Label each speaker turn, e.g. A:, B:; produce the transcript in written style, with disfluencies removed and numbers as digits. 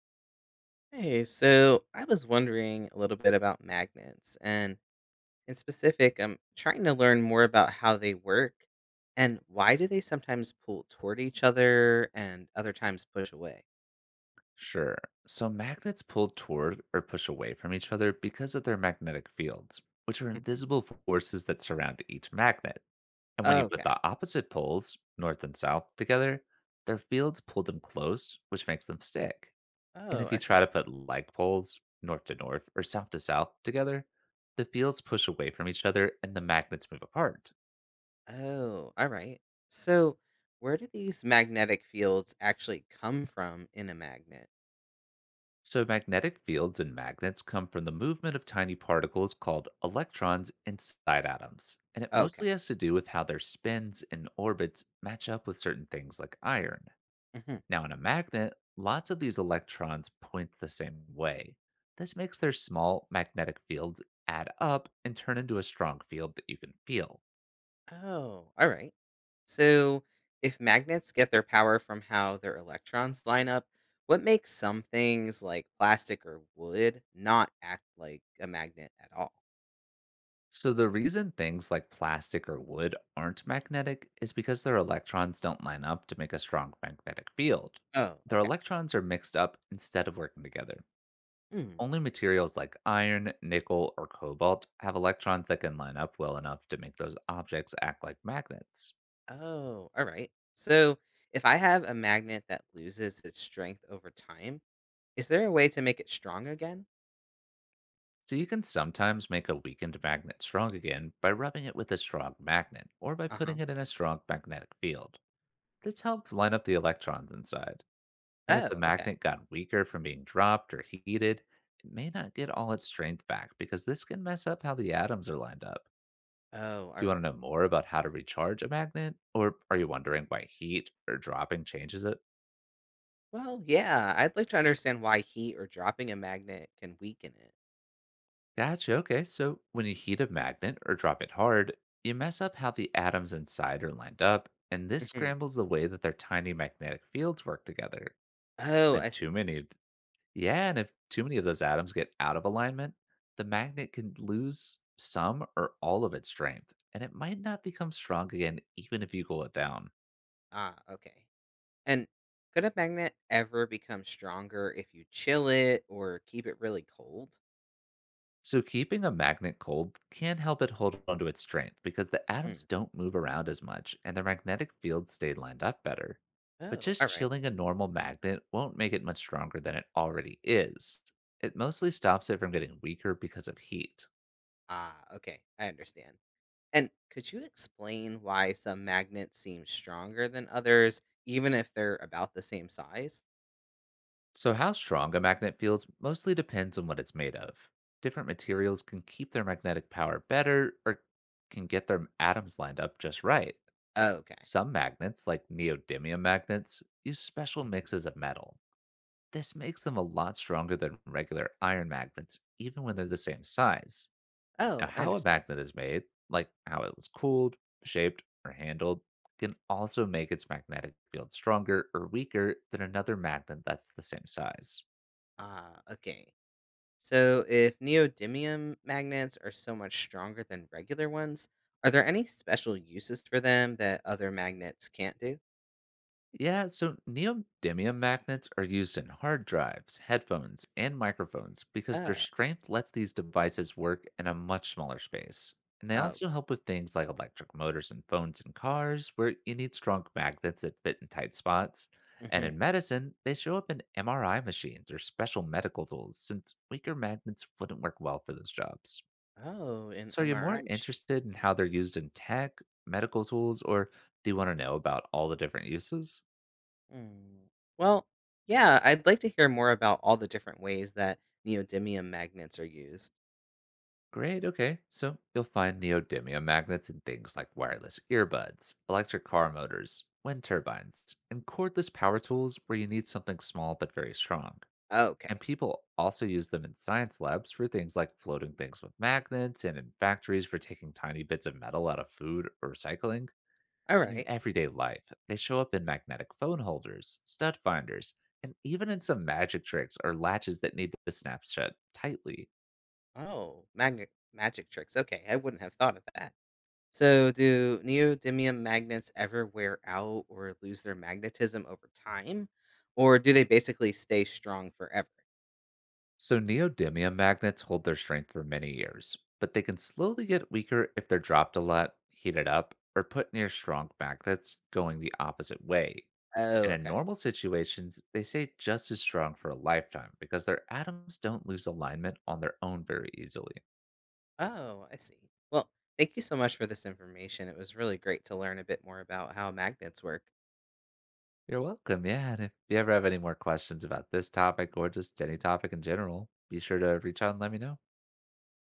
A: Hey, so I was wondering a little bit about magnets, and in specific, I'm trying to learn more about how they work and why do they sometimes pull toward each other and other times push away.
B: Sure. So magnets pull toward or push away from each other because of their magnetic fields, which are
A: Mhm.
B: invisible forces that surround each magnet. And when you put
A: Okay.
B: the opposite poles, north and south, together, their fields pull them close, which makes them stick. And
A: Oh,
B: if you
A: I
B: try
A: see.
B: to put like poles, north to north or south to south, together, the fields push away from each other and the magnets move apart.
A: Oh, all right. So, where do these magnetic fields actually come from in a magnet?
B: So, magnetic fields and magnets come from the movement of tiny particles called electrons inside atoms, and it
A: Okay.
B: mostly has to do with how their spins and orbits match up with certain things like iron.
A: Mm-hmm.
B: Now, in a magnet, lots of these electrons point the same way. This makes their small magnetic fields add up and turn into a strong field that you can feel.
A: Oh, all right. So, if magnets get their power from how their electrons line up, what makes some things like plastic or wood not act like a magnet at all?
B: So, the reason things like plastic or wood aren't magnetic is because their electrons don't line up to make a strong magnetic field.
A: Oh,
B: Their
A: okay.
B: electrons are mixed up instead of working together.
A: Hmm.
B: Only materials like iron, nickel, or cobalt have electrons that can line up well enough to make those objects act like magnets.
A: Oh, all right. So, if I have a magnet that loses its strength over time, is there a way to make it strong again?
B: So, you can sometimes make a weakened magnet strong again by rubbing it with a strong magnet or by
A: Uh huh.
B: putting it in a strong magnetic field. This helps line up the electrons inside. And if the
A: Oh, okay.
B: magnet got weaker from being dropped or heated, it may not get all its strength back because this can mess up how the atoms are lined up.
A: Oh,
B: Do
A: all
B: you want
A: right.
B: to know more about how to recharge a magnet? Or are you wondering why heat or dropping changes it?
A: Well, yeah, I'd like to understand why heat or dropping a magnet can weaken it.
B: Gotcha. Okay. So when you heat a magnet or drop it hard, you mess up how the atoms inside are lined up, and this
A: Hmm.
B: scrambles the way that their tiny magnetic fields work together.
A: Oh, I
B: If
A: see.
B: too many of Yeah, and if too many of those atoms get out of alignment, the magnet can lose some or all of its strength, and it might not become strong again even if you cool it down.
A: Ah, okay. And could a magnet ever become stronger if you chill it or keep it really cold?
B: So, keeping a magnet cold can help it hold onto its strength because the
A: Hmm.
B: atoms don't move around as much and their magnetic fields stay lined up better. But
A: Oh,
B: just
A: all right.
B: chilling a normal magnet won't make it much stronger than it already is. It mostly stops it from getting weaker because of heat.
A: Ah, okay. I understand. And could you explain why some magnets seem stronger than others, even if they're about the same size?
B: So, how strong a magnet feels mostly depends on what it's made of. Different materials can keep their magnetic power better or can get their atoms lined up just right.
A: Oh, okay.
B: Some magnets, like neodymium magnets, use special
A: Mhm.
B: mixes of metal. This makes them a lot stronger than regular iron magnets, even when they're the same size. Now,
A: Oh, I
B: how a
A: understand.
B: magnet is made, like how it was cooled, shaped, or handled, can also make its magnetic field stronger or weaker than another magnet that's the same size.
A: Ah, okay. So if neodymium magnets are so much stronger than regular ones, are there any special uses for them that other magnets can't do?
B: Yeah, so neodymium magnets are used in hard drives, headphones, and microphones because their
A: Oh.
B: strength lets these devices work in a much smaller space. And they
A: Oh.
B: also help with things like electric motors and phones and cars, where you need strong magnets that fit in tight spots. And in
A: Mhm.
B: medicine, they show up in MRI machines or special medical tools, since weaker magnets wouldn't work well for those jobs.
A: Oh, an
B: So, are you
A: MRI
B: more
A: machines.
B: interested in how they're used in tech, medical tools, or do you want to know about all the different uses?
A: Mm. Well, yeah, I'd like to hear more about all the different ways that neodymium magnets are used.
B: Great. Okay. So you'll find neodymium magnets in things like wireless earbuds, electric car motors, wind turbines, and cordless power tools where you need something small but very strong. And
A: Okay.
B: people also use them in science labs for things like floating things with magnets and in factories for taking tiny bits of metal out of food or recycling.
A: All
B: And in
A: right.
B: everyday life, they show up in magnetic phone holders, stud finders, and even in some magic tricks or latches that need to snap shut tightly.
A: Oh, magnet magic tricks. Okay, I wouldn't have thought of that. So, do neodymium magnets ever wear out or lose their magnetism over time, or do they basically stay strong forever?
B: So, neodymium magnets hold their strength for many years, but they can slowly get weaker if they're dropped a lot, heated up, or put near strong magnets going the opposite way.
A: Oh,
B: And in
A: okay.
B: normal situations, they stay just as strong for a lifetime because their atoms don't lose alignment on their own very easily.
A: Oh, I see. Well, thank you so much for this information. It was really great to learn a bit more about how magnets work.
B: You're welcome. Yeah. And if you ever have any more questions about this topic or just any topic in general, be sure to reach out and let me know.